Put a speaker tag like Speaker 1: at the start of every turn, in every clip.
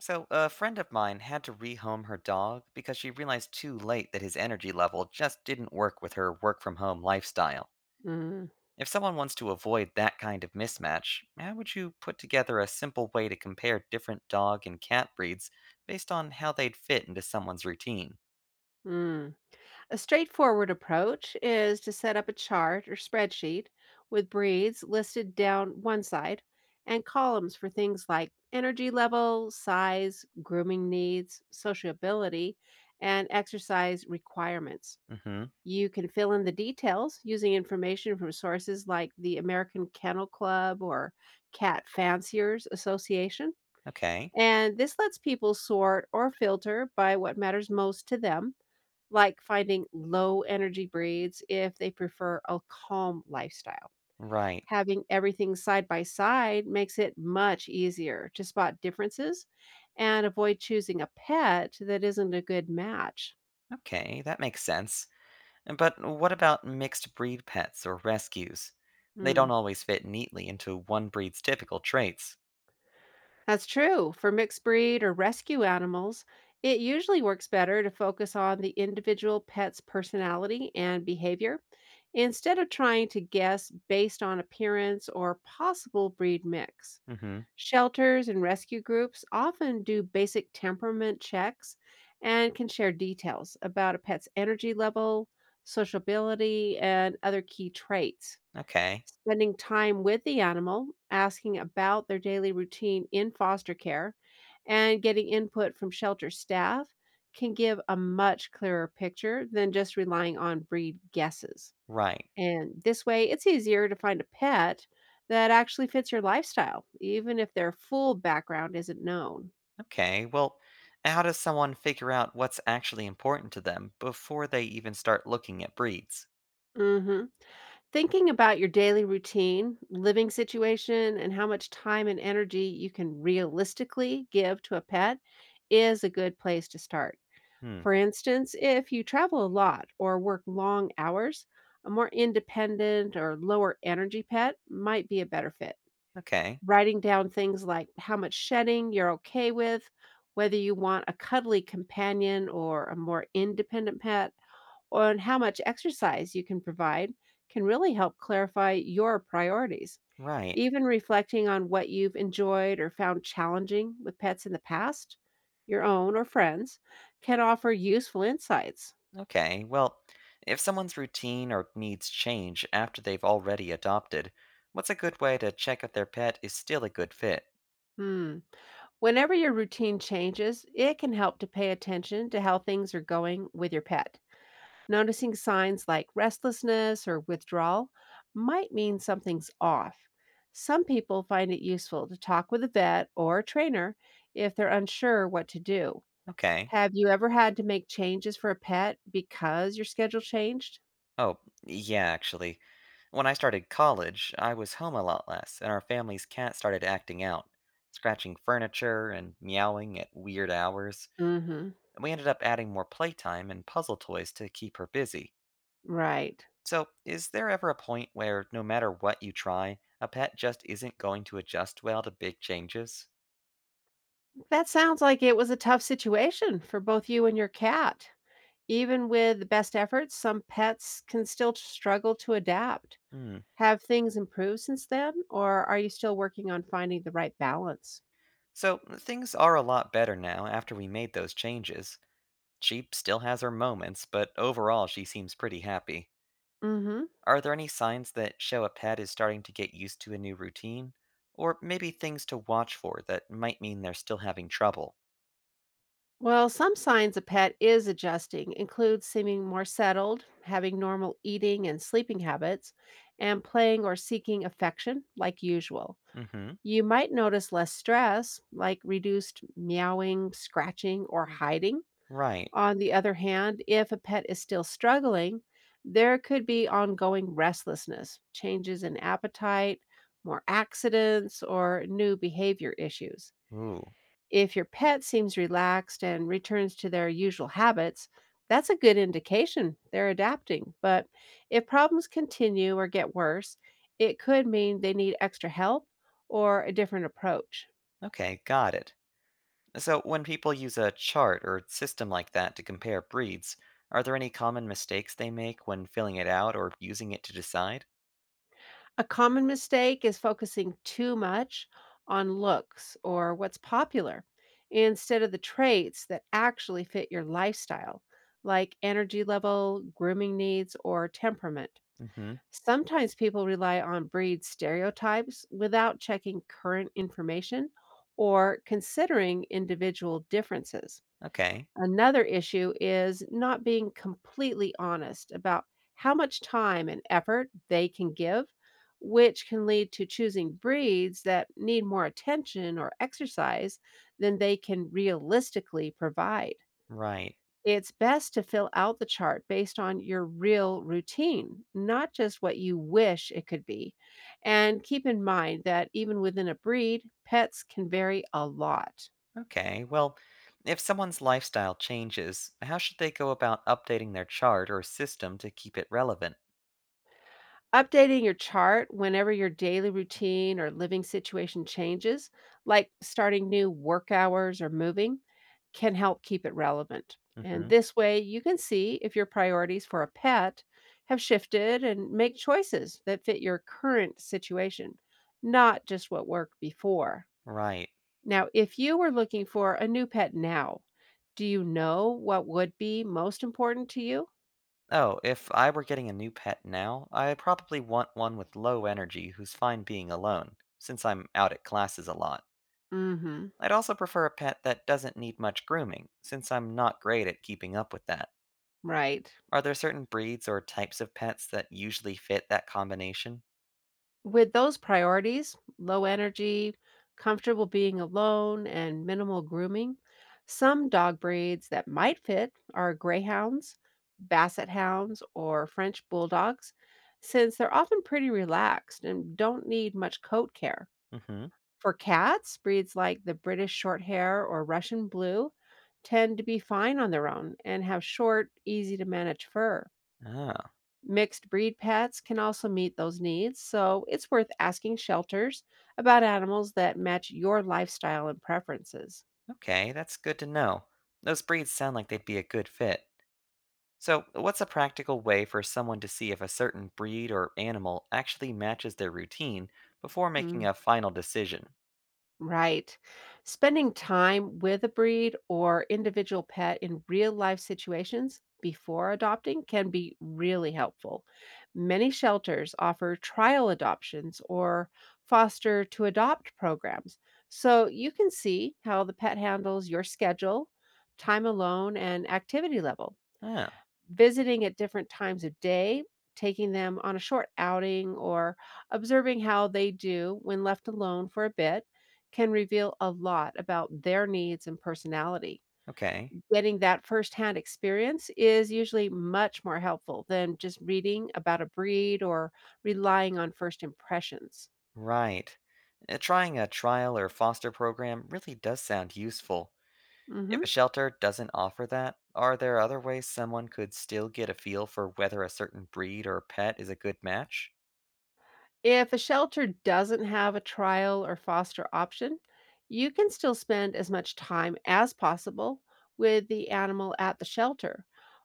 Speaker 1: So, a friend of mine had to rehome her dog because she realized too late that his energy level just didn't work with her work from home lifestyle.
Speaker 2: Mm,
Speaker 1: If someone wants to avoid that kind of mismatch, how would you put together a simple way to compare different dog and cat breeds based on how they'd fit into someone's routine?
Speaker 2: mm. A straightforward approach is to set up a chart or spreadsheet with breeds listed down one side and columns for things like energy level, size, grooming needs, sociability, and exercise requirements.
Speaker 1: Mm hmm.
Speaker 2: You can fill in the details using information from sources like the American Kennel Club or Cat Fanciers Association.
Speaker 1: Okay.
Speaker 2: And this lets people sort or filter by what matters most to them, like finding low energy breeds if they prefer a calm lifestyle.
Speaker 1: Right.
Speaker 2: Having everything side by side makes it much easier to spot differences and avoid choosing a pet that isn't a good match.
Speaker 1: Okay, that makes sense. But what about mixed breed pets or rescues? They don't
Speaker 2: Hmm.
Speaker 1: always fit neatly into one breed's typical traits.
Speaker 2: That's true. For mixed breed or rescue animals, it usually works better to focus on the individual pet's personality and behavior instead of trying to guess based on appearance or possible breed mix.
Speaker 1: Mm hmm.
Speaker 2: Shelters and rescue groups often do basic temperament checks and can share details about a pet's energy level, sociability, and other key traits.
Speaker 1: Okay.
Speaker 2: Spending time with the animal, asking about their daily routine in foster care, and getting input from shelter staff can give a much clearer picture than just relying on breed guesses.
Speaker 1: Right.
Speaker 2: And this way, it's easier to find a pet that actually fits your lifestyle, even if their full background isn't known.
Speaker 1: Okay, well, how does someone figure out what's actually important to them before they even start looking at breeds?
Speaker 2: hmm Thinking about your daily routine, living situation, and how much time and energy you can realistically give to a pet is a good place to start.
Speaker 1: Hmm.
Speaker 2: For instance, if you travel a lot or work long hours, a more independent or lower energy pet might be a better fit.
Speaker 1: Okay.
Speaker 2: Writing down things like how much shedding you're okay with, whether you want a cuddly companion or a more independent pet, and how much exercise you can provide can really help clarify your priorities.
Speaker 1: Right.
Speaker 2: Even reflecting on what you've enjoyed or found challenging with pets in the past, your own or friends, can offer useful insights.
Speaker 1: Okay, well, if someone's routine or needs change after they've already adopted, what's a good way to check if their pet is still a good fit?
Speaker 2: Hmm. Whenever your routine changes, it can help to pay attention to how things are going with your pet. Noticing signs like restlessness or withdrawal might mean something's off. Some people find it useful to talk with a vet or a trainer if they're unsure what to do.
Speaker 1: Okay.
Speaker 2: Have you ever had to make changes for a pet because your schedule changed?
Speaker 1: Oh, yeah, actually. When I started college, I was home a lot less, and our family's cat started acting out, scratching furniture and meowing at weird hours,
Speaker 2: hmm
Speaker 1: and we ended up adding more playtime and puzzle toys to keep her busy.
Speaker 2: Right.
Speaker 1: So, is there ever a point where no matter what you try, a pet just isn't going to adjust well to big changes?
Speaker 2: That sounds like it was a tough situation for both you and your cat. Even with the best efforts, some pets can still struggle to adapt.
Speaker 1: Hmm.
Speaker 2: Have things improved since then, or are you still working on finding the right balance?
Speaker 1: So, things are a lot better now after we made those changes. She still has her moments, but overall she seems pretty happy.
Speaker 2: Mhm.
Speaker 1: Are there any signs that show a pet is starting to get used to a new routine? Or maybe things to watch for that might mean they're still having trouble?
Speaker 2: Well, some signs a pet is adjusting include seeming more settled, having normal eating and sleeping habits, and playing or seeking affection like usual.
Speaker 1: Mm hmm.
Speaker 2: You might notice less stress, like reduced meowing, scratching, or hiding.
Speaker 1: Right.
Speaker 2: On the other hand, if a pet is still struggling, there could be ongoing restlessness, changes in appetite, more accidents, or new behavior issues.
Speaker 1: Ooh.
Speaker 2: If your pet seems relaxed and returns to their usual habits, that's a good indication they're adapting. But if problems continue or get worse, it could mean they need extra help or a different approach.
Speaker 1: Okay, got it. So, when people use a chart or system like that to compare breeds, are there any common mistakes they make when filling it out or using it to decide?
Speaker 2: A common mistake is focusing too much on looks or what's popular instead of the traits that actually fit your lifestyle, like energy level, grooming needs, or temperament.
Speaker 1: Hmm.
Speaker 2: Sometimes people rely on breed stereotypes without checking current information or considering individual differences.
Speaker 1: Okay.
Speaker 2: Another issue is not being completely honest about how much time and effort they can give, which can lead to choosing breeds that need more attention or exercise than they can realistically provide.
Speaker 1: Right.
Speaker 2: It's best to fill out the chart based on your real routine, not just what you wish it could be. And keep in mind that even within a breed, pets can vary a lot.
Speaker 1: Okay, well, if someone's lifestyle changes, how should they go about updating their chart or system to keep it relevant?
Speaker 2: Updating your chart whenever your daily routine or living situation changes, like starting new work hours or moving, can help keep it relevant. And
Speaker 1: Hmm.
Speaker 2: this way, you can see if your priorities for a pet have shifted and make choices that fit your current situation, not just what worked before.
Speaker 1: Right.
Speaker 2: Now, if you were looking for a new pet now, do you know what would be most important to you?
Speaker 1: Oh, if I were getting a new pet now, I probably want one with low energy who's fine being alone, since I'm out at classes a lot.
Speaker 2: Mm hmm.
Speaker 1: I'd also prefer a pet that doesn't need much grooming, since I'm not great at keeping up with that.
Speaker 2: Right.
Speaker 1: Are there certain breeds or types of pets that usually fit that combination?
Speaker 2: With those priorities, low energy, comfortable being alone, and minimal grooming, some dog breeds that might fit are greyhounds, basset hounds, or French bulldogs, since they're often pretty relaxed and don't need much coat care.
Speaker 1: Mm-hmm.
Speaker 2: For cats, breeds like the British Shorthair or Russian Blue tend to be fine on their own and have short, easy to manage fur.
Speaker 1: Oh,
Speaker 2: Mixed breed pets can also meet those needs, so it's worth asking shelters about animals that match your lifestyle and preferences.
Speaker 1: okay, that's good to know. Those breeds sound like they'd be a good fit. So, what's a practical way for someone to see if a certain breed or animal actually matches their routine before making
Speaker 2: Mm,
Speaker 1: a final decision?
Speaker 2: right. Spending time with a breed or individual pet in real life situations before adopting can be really helpful. Many shelters offer trial adoptions or foster to adopt programs, so you can see how the pet handles your schedule, time alone, and activity level.
Speaker 1: Oh,
Speaker 2: Visiting at different times of day, taking them on a short outing, or observing how they do when left alone for a bit can reveal a lot about their needs and personality.
Speaker 1: okay.
Speaker 2: Getting that firsthand experience is usually much more helpful than just reading about a breed or relying on first impressions.
Speaker 1: Right. Trying a trial or foster program really does sound useful. If
Speaker 2: Mhm.
Speaker 1: a shelter doesn't offer that, are there other ways someone could still get a feel for whether a certain breed or pet is a good match?
Speaker 2: If a shelter doesn't have a trial or foster option, you can still spend as much time as possible with the animal at the shelter,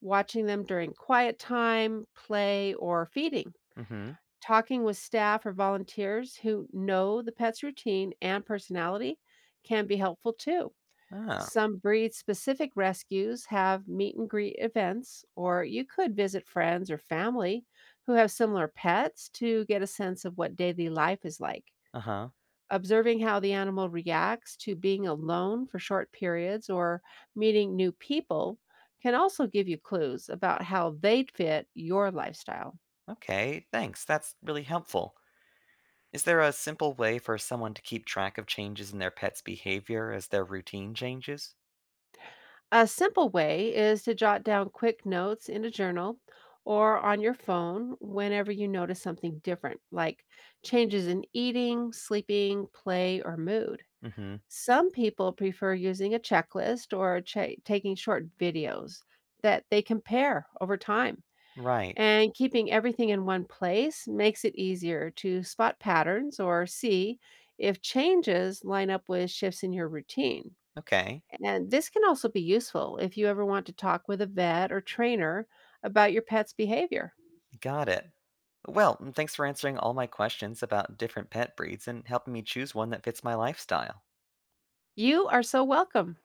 Speaker 2: watching them during quiet time, play, or feeding.
Speaker 1: Mm-hmm.
Speaker 2: Talking with staff or volunteers who know the pet's routine and personality can be helpful too.
Speaker 1: Ah,
Speaker 2: Some breed specific rescues have meet and greet events, or you could visit friends or family who have similar pets to get a sense of what daily life is like.
Speaker 1: uh-huh.
Speaker 2: Observing how the animal reacts to being alone for short periods or meeting new people can also give you clues about how they'd fit your lifestyle.
Speaker 1: Okay, thanks. That's really helpful. Is there a simple way for someone to keep track of changes in their pet's behavior as their routine changes?
Speaker 2: A simple way is to jot down quick notes in a journal or on your phone whenever you notice something different, like changes in eating, sleeping, play, or mood.
Speaker 1: Mm-hmm.
Speaker 2: Some people prefer using a checklist or taking short videos that they compare over time.
Speaker 1: Right.
Speaker 2: And keeping everything in one place makes it easier to spot patterns or see if changes line up with shifts in your routine.
Speaker 1: Okay,
Speaker 2: And this can also be useful if you ever want to talk with a vet or trainer about your pet's behavior.
Speaker 1: got it. Well, thanks for answering all my questions about different pet breeds and helping me choose one that fits my lifestyle.
Speaker 2: You are so welcome.